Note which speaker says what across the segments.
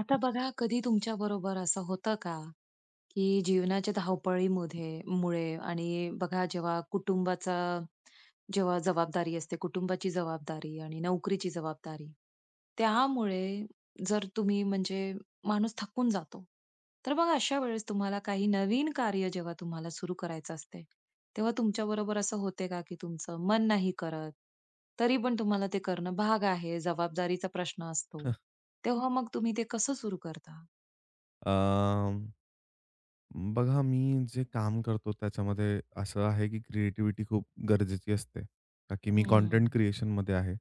Speaker 1: आता बघा कधी तुमच्या बरोबर असं होतं का, की जीवनाच्या धावपळीमध्ये मुळे आणि बघा जेव्हा जबाबदारी असते, कुटुंबाची जबाबदारी आणि नोकरीची जबाबदारी, त्यामुळे जर तुम्ही म्हणजे माणूस थकून जातो. तर मग अशा वेळेस तुम्हाला काही नवीन कार्य जेव्हा तुम्हाला सुरू करायचं असते, तेव्हा तुमच्याबरोबर असं होते का, की तुमचं मन नाही करत, तरी पण तुम्हाला ते करणं भाग आहे, जबाबदारीचा प्रश्न असतो. तेव्हा मग तुम्ही ते कसं सुरू करता?
Speaker 2: अ, बघा मी जे काम करतो त्याच्यामध्ये असं आहे की क्रिएटिव्हिटी खूप गरजेची असते. का की मी
Speaker 1: हं.
Speaker 2: कंटेंट क्रिएशनमध्ये आहे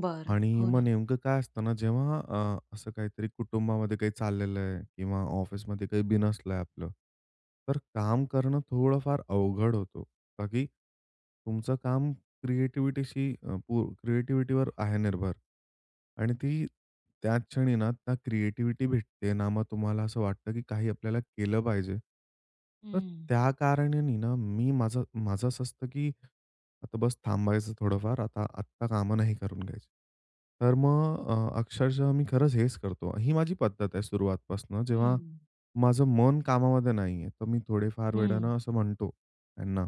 Speaker 1: बरं.
Speaker 2: आणि
Speaker 1: हो
Speaker 2: मग
Speaker 1: ना.
Speaker 2: नेमकं काय असतं ना, जेव्हा असं काहीतरी कुटुंबामध्ये काही चाललेलं आहे किंवा ऑफिसमध्ये काही बिनसलं आहे आपलं, तर काम करणं थोडंफार अवघड होतो. का की तुमचं काम क्रिएटिव्हिटीशी अ, पू क्रिएटिव्हिटीवर आहे निर्भर. आणि ती त्याच क्षणी ना, ना क्रिएटिव्हिटी भेटते, ना मग तुम्हाला असं वाटतं, की काही आपल्याला केलं पाहिजे. तर
Speaker 1: हं,
Speaker 2: त्या कारणाने ना, मी माझं माझं असं असतं, की आता बस थांबायचं थोडंफार. आता आत्ता कामं नाही करून घ्यायची. तर मग अक्षरशः मी खरंच हेच करतो. ही माझी पद्धत आहे सुरुवातपासनं. जेव्हा
Speaker 1: हं,
Speaker 2: माझं मन कामामध्ये नाहीये, तर मी थोडेफार
Speaker 1: हं.
Speaker 2: वेळानं असं म्हणतो त्यांना.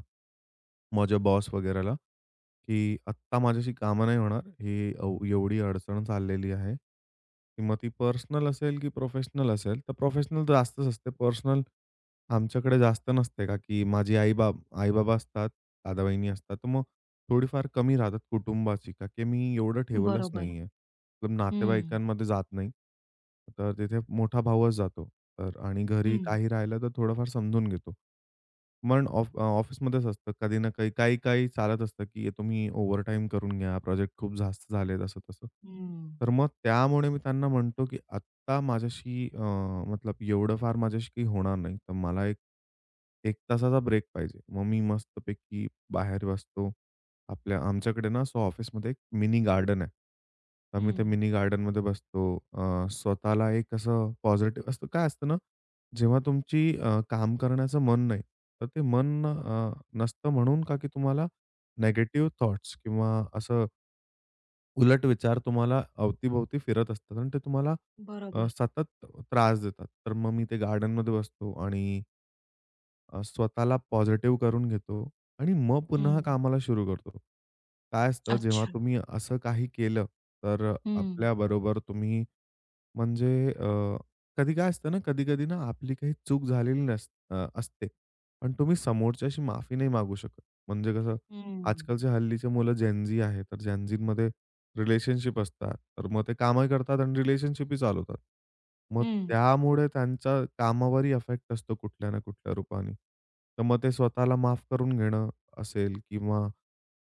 Speaker 2: माझ्या बॉस वगैरेला, की "आत्ता माझ्याशी कामं नाही होणार. ही एवढी अडचण चाललेली आहे." की मग ती पर्सनल असेल की प्रोफेशनल असेल, तर प्रोफेशनल जास्तच असते. पर्सनल आमच्याकडे जास्त नसते का, की माझी आई-बाबा असतात, दादा-वहिनी असतात. तर मग थोडीफार कमी राहतात कुटुंबाची, का की मी एवढं ठेवलंच
Speaker 1: बरोबर.
Speaker 2: नाहीये.
Speaker 1: हं,
Speaker 2: नातेवाईकांमध्ये जात नाही. तर तिथे मोठा भाऊच जातो. तर आणि घरी
Speaker 1: हं,
Speaker 2: काही राहिलं तर थोडंफार समजून घेतो. पण ऑफिसमध्येच असतं कधी ना काही, काही-काही चालत असतं, की हे तुम्ही ओव्हरटाईम करून घ्या, प्रोजेक्ट खूप जास्त झालेत असं-तसं.
Speaker 1: हं,
Speaker 2: तर मग त्यामुळे मी त्यांना म्हणतो, की आत्ता माझ्याशी मतलब एवढं फार माझ्याशी काही होणार नाही. तर मला एक 1 तासाचा ब्रेक पाहिजे. मग मी मस्तपैकी बाहेर बसतो. आपल्या आमच्याकडे ना असं ऑफिसमध्ये एक मिनी गार्डन आहे. आम्ही
Speaker 1: हं.
Speaker 2: त्या मिनी गार्डनमध्ये बसतो. स्वतःला एक असं पॉझिटिव्ह असतं. काय असतं ना, जेव्हा तुमची काम करण्याचं मन नाही, तर ते मन नसतं म्हणून का की तुम्हाला निगेटिव्ह थॉट्स किंवा असं उलट विचार तुम्हाला अवतीभोवती फिरत असतात आणि ते तुम्हाला
Speaker 1: बरोबर.
Speaker 2: सतत त्रास देतात. तर मग मी ते गार्डनमध्ये बसतो आणि स्वतःला पॉझिटिव्ह करून घेतो आणि मग
Speaker 1: हं.
Speaker 2: पुन्हा कामाला सुरू करतो. काय असतं जेव्हा
Speaker 1: अच्छा.
Speaker 2: तुम्ही असं काही केलं, तर
Speaker 1: हं,
Speaker 2: आपल्याबरोबर तुम्ही म्हणजे कधी काय असतं ना, कधी-कधी ना आपली काही चूक झालेली असते. पण तुम्ही समोरच्याशी माफी नाही मागू शकत. म्हणजे कसं
Speaker 1: हं,
Speaker 2: आजकालची हल्लीची मुलं जेन आहे. तर जेन झीमध्ये रिलेशनशिप असतात. तर मग ते कामही करतात आणि रिलेशनशिपही चालवतात. मग
Speaker 1: हं,
Speaker 2: त्यामुळे त्यांचा कामावरही इफेक्ट असतो कुठल्या ना कुठल्या रूपाने. तर मग ते स्वतःला माफ करून घेणं असेल किंवा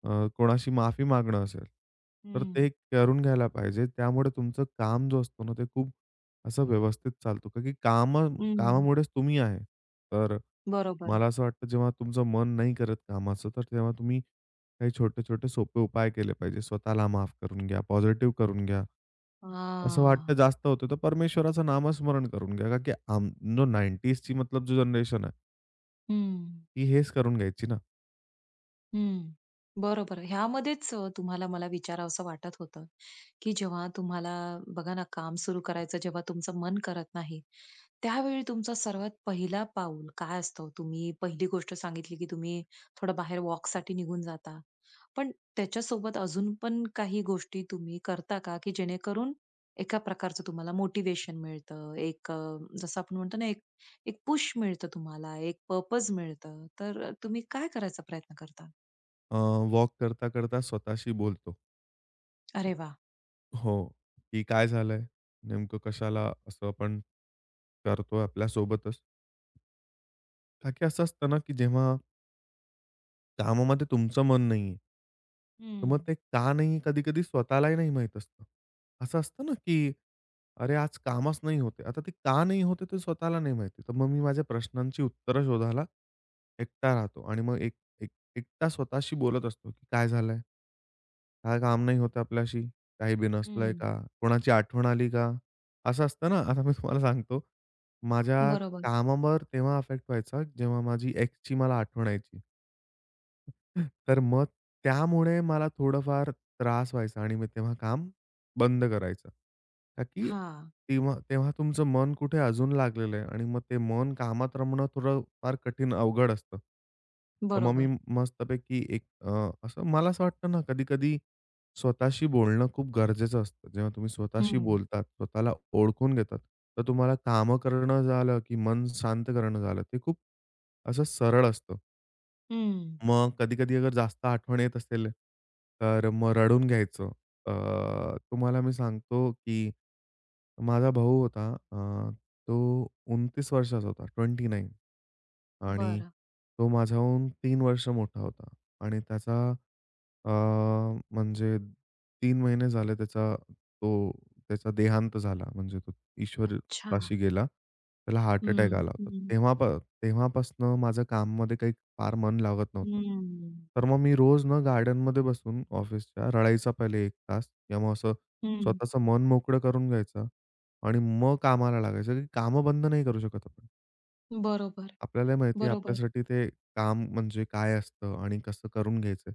Speaker 2: कोणाशी माफी मागणं असेल, तर ते
Speaker 1: हं,
Speaker 2: करून घ्यायला पाहिजे. त्यामुळे तुमचं काम जो असतो ना, ते खूप असं व्यवस्थित चालतो. का की
Speaker 1: हं.
Speaker 2: कामामुळेच तुम्ही आहे. तर
Speaker 1: बरोबर.
Speaker 2: मला असं वाटतं, जेव्हा तुमचं मन नाही करत कामाचं, तर तेव्हा तुम्ही काही छोटे-छोटे सोपे उपाय केले पाहिजे. स्वतःला माफ करून घ्या, पॉझिटिव्ह करून घ्या. असं वाटतं
Speaker 1: हां.
Speaker 2: जास्त होतं, तर परमेश्वराचं नामस्मरण करून घ्या. का की जो 90sची मतलब जो जनरेशन आहे,
Speaker 1: हं.
Speaker 2: ती हेच करून घ्यायची ना.
Speaker 1: हं. बरोबर. ह्यामध्येच तुम्हाला मला विचारावसं वाटत होतं, की जेव्हा तुम्हाला बघा ना, काम सुरू करायचं जेव्हा तुमचं मन करत नाही, त्यावेळी तुमचा सर्वात पहिला पाऊल काय असतो? तुम्ही पहिली गोष्ट सांगितली, की तुम्ही थोडं बाहेर वॉकसाठी निघून जाता. पण त्याच्यासोबत अजून पण काही गोष्टी तुम्ही करता का, की जेणेकरून एका प्रकारचं तुम्हाला मोटिव्हेशन मिळतं, एक जसं आपण म्हणतो ना, एक एक पुश मिळतं तुम्हाला, एक पर्पज मिळतं. तर तुम्ही काय करायचा प्रयत्न करता?
Speaker 2: वॉक करता-करता स्वतःशी बोलतो.
Speaker 1: अरे वा,
Speaker 2: हो, की काय झालंय? नेमकं कशाला असं आपण करतोय आपल्यासोबतच? का की असं असतं ना, की जेव्हा कामामध्ये तुमचं मन नाहीये तर
Speaker 1: हं,
Speaker 2: मग ते का नाही कधी-कधी स्वतःलाही नाही माहीत असतं. असं असतं ना, की अरे, आज कामच नाही होत आहे. आता ते का नाही होत आहे ते स्वतःला नाही माहिती. तर मग मी माझ्या प्रश्नांची उत्तरं शोधायला एकटा राहतो आणि मग एक एक एकटा स्वतःशी बोलत असतो, की काय झालंय? काय काम नाही होत आपल्याशी? काही बिनसलंय
Speaker 1: हं.
Speaker 2: का? कोणाची आठवण आली का? असं असतं ना. आता मी तुम्हाला सांगतो, माझ्या
Speaker 1: बरोबर.
Speaker 2: कामावर तेव्हा अफेक्ट व्हायचा, जेव्हा माझी एक्सची मला आठवण यायची. तर मग त्यामुळे मला थोडंफार त्रास व्हायचा आणि मी तेव्हा काम बंद करायचं. का की
Speaker 1: हां.
Speaker 2: तेव्हा तेव्हा तुमचं मन कुठे अजून लागलेलं आहे आणि मग ते मन कामात रमणं थोडं फार कठीण अवघड असतं. तर मग मी
Speaker 1: बरोबर.
Speaker 2: मस्तपैकी एक असं मला असं वाटतं ना कधी-कधी स्वतःशी बोलणं खूप गरजेचं असतं. जेव्हा तुम्ही स्वतःशी
Speaker 1: हं.
Speaker 2: बोलतात, स्वतःला ओळखून घेतात, तर तुम्हाला कामं करणं झालं, की मन शांत करणं झालं, ते खूप असं सरळ असतं.
Speaker 1: हं.
Speaker 2: मग कधी-कधी अगर जास्त आठवण येत असेल, तर मग रडून घ्यायचं. अ, तुम्हाला मी सांगतो, की माझा भाऊ होता तो 29 वर्षाचा होता, 29 आणि
Speaker 1: बरं.
Speaker 2: तो माझ्याहून 3 वर्ष मोठा होता आणि त्याचा अ, म्हणजे 3 महिने झाले तो त्याचा देहांत झाला. म्हणजे तो
Speaker 1: अच्छा.
Speaker 2: ईश्वरपाशी गेला. त्याला हार्ट अटॅक
Speaker 1: हं.
Speaker 2: आला होता.
Speaker 1: हं.
Speaker 2: तेव्हापासनं माझं काममध्ये काही फार मन लागत नव्हतं.
Speaker 1: हं.
Speaker 2: तर मग मी रोज ना गार्डनमध्ये बसून ऑफिसच्या रडायचा पहिले 1 तास किंवा मग असं
Speaker 1: हं.
Speaker 2: स्वतःचं मन मोकळं करून घ्यायचं आणि मग कामाला लागायचं, की कामं बंद नाही करू शकत आपण.
Speaker 1: बरोबर,
Speaker 2: आपल्याला माहिती आहे
Speaker 1: बरोबर.
Speaker 2: आपल्यासाठी ते काम म्हणजे काय असतं आणि कसं करून घ्यायचं.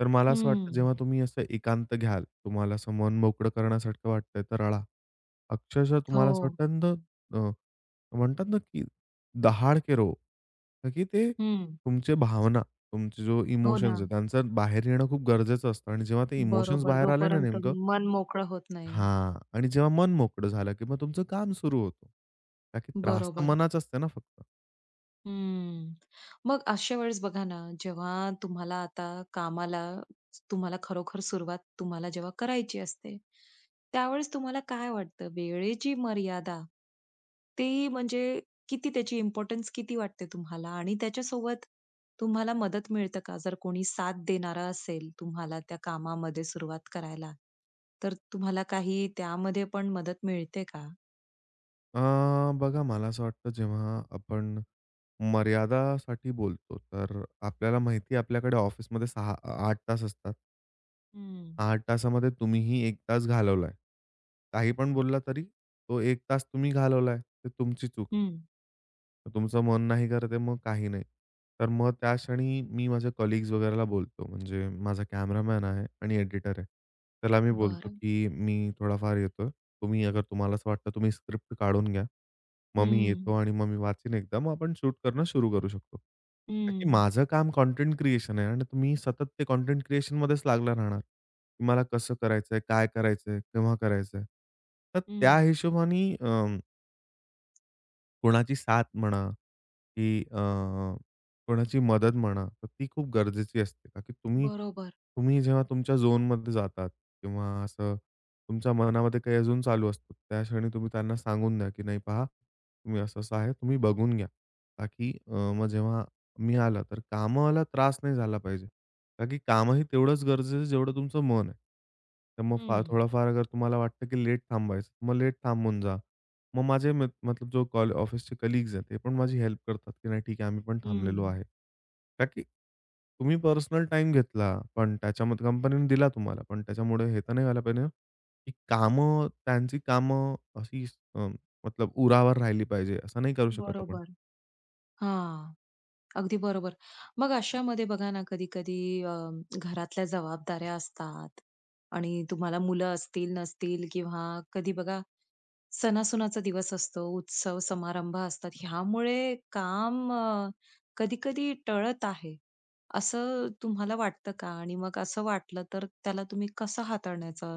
Speaker 2: तर मला असं वाटतं
Speaker 1: हं.
Speaker 2: जेव्हा तुम्ही असं एकांत घ्याल, तुम्हाला असं मन मोकळं करण्यासारखं वाटतंय तर रडा. अक्षरशः तुम्हाला असं
Speaker 1: हो.
Speaker 2: वाटतं ना अ, म्हणतात ना की दहाड के रो. का की ते
Speaker 1: हं.
Speaker 2: तुमचे भावना, तुमचे जो
Speaker 1: हो ना.
Speaker 2: इमोशन्स आहेत त्यांचं बाहेर येणं खूप गरजेचं असतं आणि जेव्हा ते इमोशन्स
Speaker 1: बरोबर.
Speaker 2: बाहेर आले ना
Speaker 1: जोपर्यंत
Speaker 2: नेमकं
Speaker 1: मन मोकळं होत नाही.
Speaker 2: हां आणि जेव्हा मन मोकळं झालं, की मग तुमचं काम सुरू होतं. का की त्रास तर
Speaker 1: बरोबर.
Speaker 2: मनाचा असते ना फक्त.
Speaker 1: हम्म. मग अशा वेळेस बघा ना, जेव्हा तुम्हाला आता कामाला तुम्हाला खरोखर सुरुवात तुम्हाला जेव्हा करायची असते, त्यावेळेस तुम्हाला काय वाटतं? वेळेची मर्यादा, ती म्हणजे किती त्याची इम्पोर्टन्स किती वाटते तुम्हाला? आणि त्याच्यासोबत तुम्हाला मदत मिळतं का? जर कोणी साथ देणारा असेल तुम्हाला त्या कामामध्ये सुरुवात करायला, तर तुम्हाला काही त्यामध्ये पण मदत मिळते का?
Speaker 2: अ, बघा मला असं वाटतं जेव्हा आपण मर्यादासाठी बोलतो, तर आपल्याला माहिती आहे आपल्याकडे ऑफिसमध्ये 6 8 तास असतात.
Speaker 1: हं.
Speaker 2: 8 तासामध्ये तुम्हीही 1 तास घालवलाय. काही पण बोलला तरी तो 1 तास तुम्ही घालवलाय, ते तुमची चूक आहे.
Speaker 1: हं.
Speaker 2: तर तुमचं मन नाही करत आहे मग काही नाही. तर मग त्या क्षणी मी माझ्या कलीग्स वगैरेला बोलतो. म्हणजे माझा कॅमेरामॅन आहे आणि एडिटर आहे. त्याला मी बोलतो,
Speaker 1: बरं.
Speaker 2: की "मी थोडाफार येतोय. तुम्ही अगर तुम्हाला असं वाटतं तुम्ही स्क्रिप्ट काढून घ्या." मग मी
Speaker 1: हं,
Speaker 2: येतो आणि मग मी वाचीन एकदा. मग आपण शूट करणं सुरू करू शकतो. का की
Speaker 1: हं.
Speaker 2: माझं काम कंटेंट क्रिएशन आहे आणि तुम्ही सतत ते कंटेंट क्रिएशनमध्येच लागला राहणार. तुम्हाला कसं करायचंय, काय करायचंय, केव्हा करायचंय. तर त्या
Speaker 1: हं.
Speaker 2: हिशोबाने कोणाची साथ म्हणा, की कोणाची मदत म्हणा, तर ती खूप गरजेची असते. का की तुम्ही
Speaker 1: बरोबर.
Speaker 2: तुम्ही जेव्हा तुमच्या झोनमध्ये जातात किंवा असं तुमच्या मनामध्ये काही अजून चालू असतं, त्या क्षणी तुम्ही त्यांना सांगून द्या, की "नाही पहा, तुम्ही असं-असं आहे, तुम्ही बघून घ्या." का की मग जेव्हा मी आला, तर कामाला त्रास नाही झाला पाहिजे. का की कामही तेवढंच गरजेचं जेवढं तुमचं मन आहे. तर मग फार
Speaker 1: हं,
Speaker 2: थोडाफार अगर तुम्हाला वाटतं, की लेट थांबायचं, मग लेट थांबून जा. मग माझे मतलब जो कॉल ऑफिसचे कलीग्स आहेत, ते पण माझी हेल्प करतात, की नाही ठीक आहे, आम्ही पण थांबलेलो
Speaker 1: हं.
Speaker 2: आहे. का की तुम्ही पर्सनल टाईम घेतला, पण त्याच्यामध्ये कंपनीने दिला तुम्हाला, पण त्याच्यामुळे हे तर नाही व्हायला पाहिजे ना, की कामं अशी अ, मतलब उरावर राहिली पाहिजे, असं नाही करू शकत आपण.
Speaker 1: बरोबर. हां. अगदी बरोबर. मग अशामध्ये बघा ना, कधी-कधी अ, घरातल्या जबाबदाऱ्या असतात आणि तुम्हाला मुलं असतील, नसतील किंवा कधी बघा सणासुनाचा दिवस असतो, उत्सव, समारंभ असतात. ह्यामुळे काम कधी-कधी टळत आहे, असं तुम्हाला वाटतं का? आणि मग असं वाटलं तर त्याला तुम्ही कसं हाताळण्याचा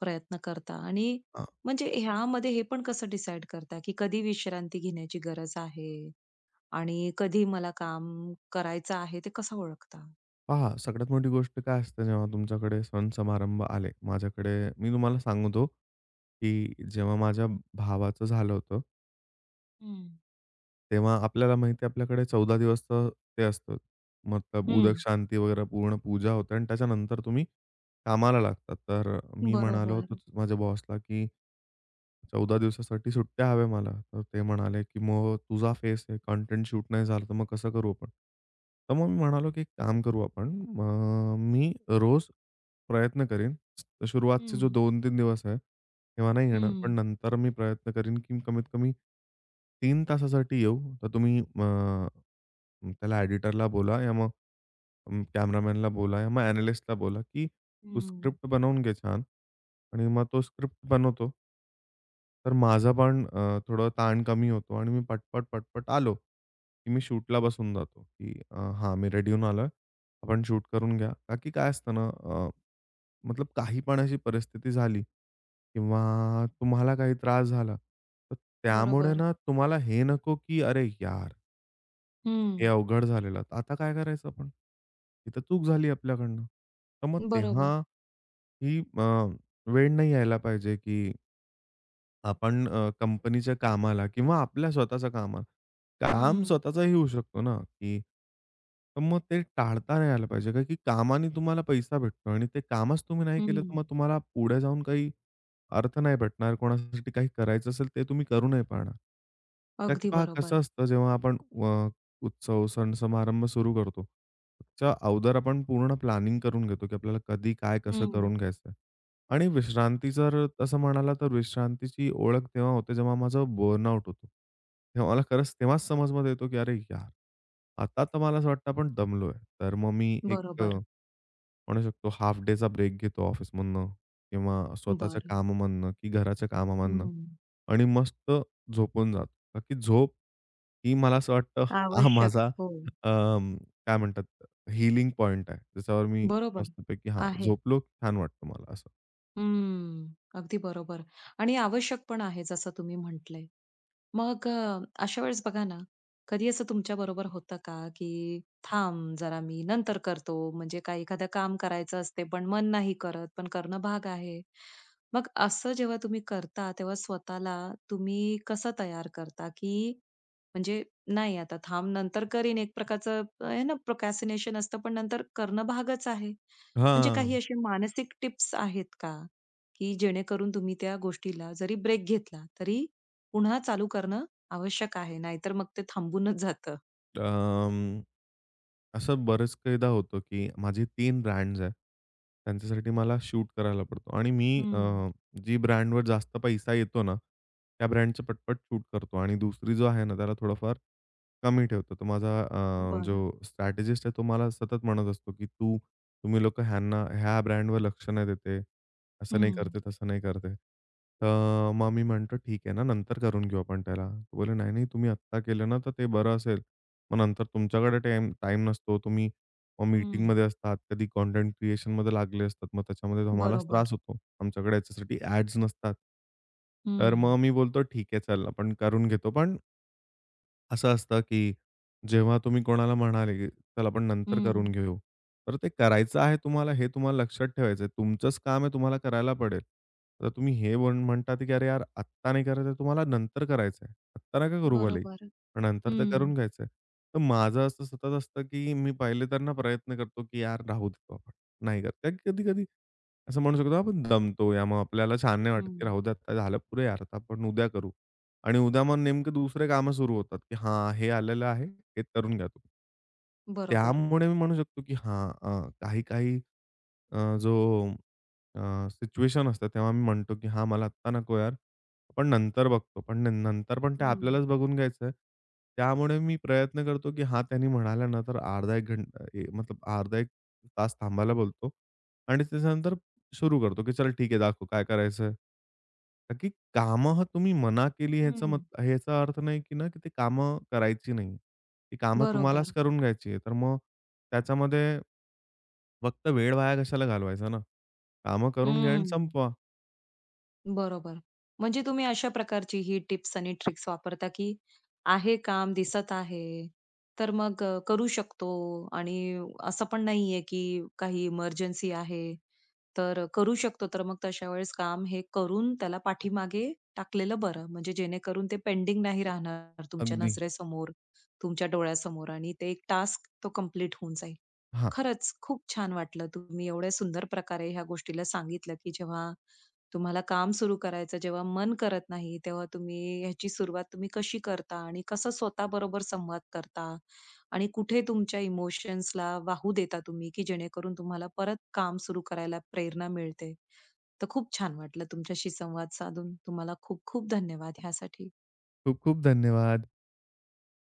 Speaker 1: प्रयत्न करता? आणि
Speaker 2: हां.
Speaker 1: म्हणजे ह्यामध्ये हे पण कसं डिसाईड करता, की कधी विश्रांती घेण्याची गरज आहे आणि कधी मला काम करायचं आहे, ते कसं ओळखता?
Speaker 2: पहा, सगळ्यात मोठी गोष्ट काय असते जेव्हा तुमच्याकडे सण-समारंभ आले. माझ्याकडे मी तुम्हाला सांगतो, की जेव्हा माझ्या भावाचं झालं होतं
Speaker 1: हं,
Speaker 2: तेव्हा आपल्याला माहिती आहे आपल्याकडे 14 दिवसचं ते असतं. मतलब उदक
Speaker 1: हं.
Speaker 2: शांती वगैरे पूर्ण पूजा होते आणि त्याच्यानंतर तुम्ही कामाला लागतात. तर मी म्हणालो होतो
Speaker 1: बरोबर.
Speaker 2: माझ्या बॉसला, की 14 दिवसासाठी सुट्ट्या हव्या मला. तर ते म्हणाले, की "मग तुझा फेस आहे, कंटेंट शूट नाही झालं, तर मग कसं करू आपण?" तर मग मी म्हणालो, की "एक काम करू आपण, मी रोज प्रयत्न करीन. सुरुवातचे जो
Speaker 1: हं,
Speaker 2: 2-3 दिवस आहे, तेव्हा नाही येणार. पण
Speaker 1: हं,
Speaker 2: नंतर मी प्रयत्न करीन, की कमीत कमी 3 तासासाठी येऊ. तर तुम्ही मग एडिटरला बोला या मग कॅमेरामॅनला बोला या मग ॲनालिस्टला बोला, की "तू
Speaker 1: हं.
Speaker 2: स्क्रिप्ट बनवून घे छान." आणि मग तो स्क्रिप्ट बनवतो. तर माझा पण थोडं ताण कमी होतो आणि मी पटपट आलो, की मी शूटला बसून जातो, की "हां, मी रेडी होऊन आलोय. आपण शूट करून घ्या." का की काय असतं ना मतलब काही पण अशी परिस्थिती झाली किंवा तुम्हाला काही त्रास झाला, तर त्यामुळे
Speaker 1: बरोबर.
Speaker 2: ना तुम्हाला हे नको, की "अरे यार!"
Speaker 1: हं,
Speaker 2: हे अवघड झालेलं. तर आता काय करायचं आपण? इथं चूक झाली आपल्याकडनं. तर मग तेव्हा
Speaker 1: बरोबर.
Speaker 2: ही वेळ नाही यायला पाहिजे, की आपण कंपनीच्या कामाला किंवा आपल्या स्वतःच्या कामाला. काम
Speaker 1: हं.
Speaker 2: स्वतःचाही होऊ शकतो ना, की तर मग ते टाळता नाही आलं पाहिजे का, की कामाने तुम्हाला पैसा भेटतो आणि ते कामच तुम्ही नाही केलं, तर
Speaker 1: हं.
Speaker 2: मग तुम्हाला पुढे जाऊन काही अर्थ नाही भेटणार. कोणासाठी काही करायचं असेल, ते तुम्ही करू नाही पाहणार. का की
Speaker 1: अगदी
Speaker 2: पहा कसं
Speaker 1: बरोबर.
Speaker 2: असतं, जेव्हा आपण अ, उत्सव, सण समारंभ सुरू करतो, त्याच्या अगोदर आपण पूर्ण प्लॅनिंग करून घेतो, की आपल्याला कधी, काय, कसं
Speaker 1: हं.
Speaker 2: करून घ्यायचंय. आणि विश्रांती जर तसं म्हणाला, तर विश्रांतीची ओळख तेव्हा होते, जेव्हा माझं बर्नआउट होतो. तेव्हा मला खरंच तेव्हाच समजमध्ये येतो, की "अरे यार! आता तर मला असं वाटतं आपण दमलोय." तर मग मी एक
Speaker 1: बरोबर.
Speaker 2: म्हणू शकतो हाल्फ डेचा ब्रेक घेतो ऑफिसमधनं किंवा स्वतःच्या
Speaker 1: बरं.
Speaker 2: कामामधनं, की घराच्या कामामधनं
Speaker 1: हं.
Speaker 2: आणि मस्त झोपून जातो. का की झोप ही मला असं वाटतं हा
Speaker 1: आवश्यक.
Speaker 2: माझा
Speaker 1: हो.
Speaker 2: अं, काय म्हणतात हीलिंग पॉइंट आहे. त्याच्यावर मी
Speaker 1: बरोबर.
Speaker 2: मस्तपैकी हां,
Speaker 1: आहे.
Speaker 2: झोपलो की छान वाटतं मला असं.
Speaker 1: हं. अगदी बरोबर आणि आवश्यक पण आहे जसं तुम्ही म्हटलंय. मग अशा वेळेस बघा ना, कधी असं तुमच्याबरोबर होतं का, की थांब जरा मी नंतर करतो म्हणजे काही एखादं काम करायचं असते पण मन नाही करत, पण करणं भाग आहे. मग असं जेव्हा तुम्ही करता तेव्हा स्वतःला तुम्ही कसं तयार करता, की म्हणजे नाही आता थांब नंतर करीन एक प्रकारचं आहे ना प्रोक्रॅस्टिनेशन असतं पण नंतर करणं भागच आहे. म्हणजे
Speaker 2: हां.
Speaker 1: काही असे मानसिक टिप्स आहेत का? की जेणेकरून तुम्ही त्या गोष्टीला जरी ब्रेक घेतला तरी पुन्हा चालू करणं आवश्यक आहे. नाहीतर मग ते थांबूनच जातं.
Speaker 2: अं, असं बरेच कैदा होतं, की माझे 3 ब्रँड्स आहेत. त्यांच्यासाठी मला शूट करायला पडतो आणि मी
Speaker 1: हं.
Speaker 2: जी ब्रँडवर जास्त पैसा येतो ना, त्या ब्रँडचं पटपट शूट करतो आणि दुसरी जो आहे ना, त्याला थोडंफार कमी ठेवतो. तर माझा जो
Speaker 1: बरं.
Speaker 2: स्ट्रॅटेजिस्ट आहे, तो मला सतत म्हणत असतो, की तुम्ही लोकं ह्यांना ह्या ब्रँडवर लक्ष नाही देते. असं नाही
Speaker 1: हं.
Speaker 2: करते, तसं नाही करते." तर मग मी म्हणतो, "ठीक आहे ना, नंतर करून घेऊ आपण त्याला." तो बोलला, "नाही, नाही, तुम्ही आत्ता केलं ना, तर ते बरं असेल." मग नंतर तुमच्याकडे टाइम नसतो. तुम्ही मग
Speaker 1: हं.
Speaker 2: मीटिंगमध्ये असतात, कधी कंटेंट क्रिएशनमध्ये लागले असतात. मग त्याच्यामध्ये आम्हालाच
Speaker 1: बरोबर.
Speaker 2: त्रास होतो. आमच्याकडे याच्यासाठी ॲड्स नसतात. तर
Speaker 1: हं.
Speaker 2: मग मी बोलतो, "ठीक आहे, चल आपण करून घेतो." पण असं असतं, की जेव्हा तुम्ही कोणाला म्हणाले, की "चल आपण नंतर करून
Speaker 1: हं.
Speaker 2: घेऊ." तर ते करायचं आहे तुम्हाला हे तुम्हाला लक्षात ठेवायचं आहे. तुमचंच काम आहे तुम्हाला करायला पडेल. तर तुम्ही हे म्हण म्हणतात, की "अरे यार आत्ता नाही करायचं आहे, तुम्हाला नंतर करायचं आहे. आत्ता नका करू भलेही,
Speaker 1: बरोबर.
Speaker 2: पण नंतर तर
Speaker 1: हं.
Speaker 2: करून घ्यायचं आहे." तर माझं असं सतत असतं, की मी पहिले त्यांना प्रयत्न करतो, की "यार राहू देतो आपण, नाही करत." कधी-कधी असं म्हणू शकतो आपण दमतो या मग आपल्याला छान नाही वाटत, की
Speaker 1: हं.
Speaker 2: "राहू दे आता झालं पुरे यार, आता आपण उद्या करू." आणि उद्या मग नेमकं दुसरे कामं सुरू होतात, की हां, हे आलेलं आहे, हे करून घ्या तुम्ही.
Speaker 1: बरोबर.
Speaker 2: त्यामुळे मी म्हणू शकतो, की हां, काही-काही अ, जो अ, सिच्युएशन असतं, तेव्हा मी म्हणतो, की "हां, मला आत्ता नको यार, आपण नंतर बघतो." पण नंतर पण ते
Speaker 1: हं.
Speaker 2: आपल्यालाच बघून घ्यायचं आहे. त्यामुळे मी प्रयत्न करतो, की हां, त्यांनी म्हणाल्या ना, तर अर्धा 1 घंटा ए मतलब अर्धा 1 तास थांबायला बोलतो आणि त्याच्यानंतर सुरू करतो, की "चल ठीक आहे, दाखव काय करायचं आहे." का की कामं तुम्ही मना केली
Speaker 1: हं.
Speaker 2: ह्याचा अर्थ नाही, की की ती कामं करायची नाही. ती कामं तुम्हालाच
Speaker 1: बरोबर.
Speaker 2: करून घ्यायची आहे. तर मग त्याच्यामध्ये फक्त वेळ वाया कशाला घालवायचा ना? कामं करून घ्या आणि
Speaker 1: हं.
Speaker 2: संपवा.
Speaker 1: बरोबर. म्हणजे तुम्ही अशा प्रकारची ही टिप्स आणि ट्रिक्स वापरता, की आहे काम, दिसत आहे, तर मग करू शकतो आणि असं पण नाहीये, की काही इमर्जन्सी आहे, तर करू शकतो. तर मग तशा वेळेस काम हे करून त्याला पाठीमागे टाकलेलं बरं. म्हणजे जेणेकरून ते पेंडिंग नाही राहणार तुमच्या
Speaker 2: अगदी.
Speaker 1: नजरेसमोर, तुमच्या डोळ्यासमोर आणि ते एक टास्क तो कंप्लीट होऊन जाईल.
Speaker 2: हां.
Speaker 1: खरंच खूप छान वाटलं. तुम्ही एवढ्या सुंदर प्रकारे ह्या गोष्टीला सांगितलं, की जेव्हा तुम्हाला काम सुरू करायचं जेव्हा मन करत नाही, तेव्हा तुम्ही ह्याची सुरुवात तुम्ही कशी करता आणि कसं स्वतःबरोबर संवाद करता? आणि कुठे तुमच्या इमोशन्सला वाहू देता तुम्ही, की जेणेकरून तुम्हाला परत काम सुरू करायला प्रेरणा मिळते? तर खूप छान वाटलं तुमच्याशी संवाद साधून. तुम्हाला खूप खूप धन्यवाद ह्यासाठी.
Speaker 2: खूप खूप धन्यवाद.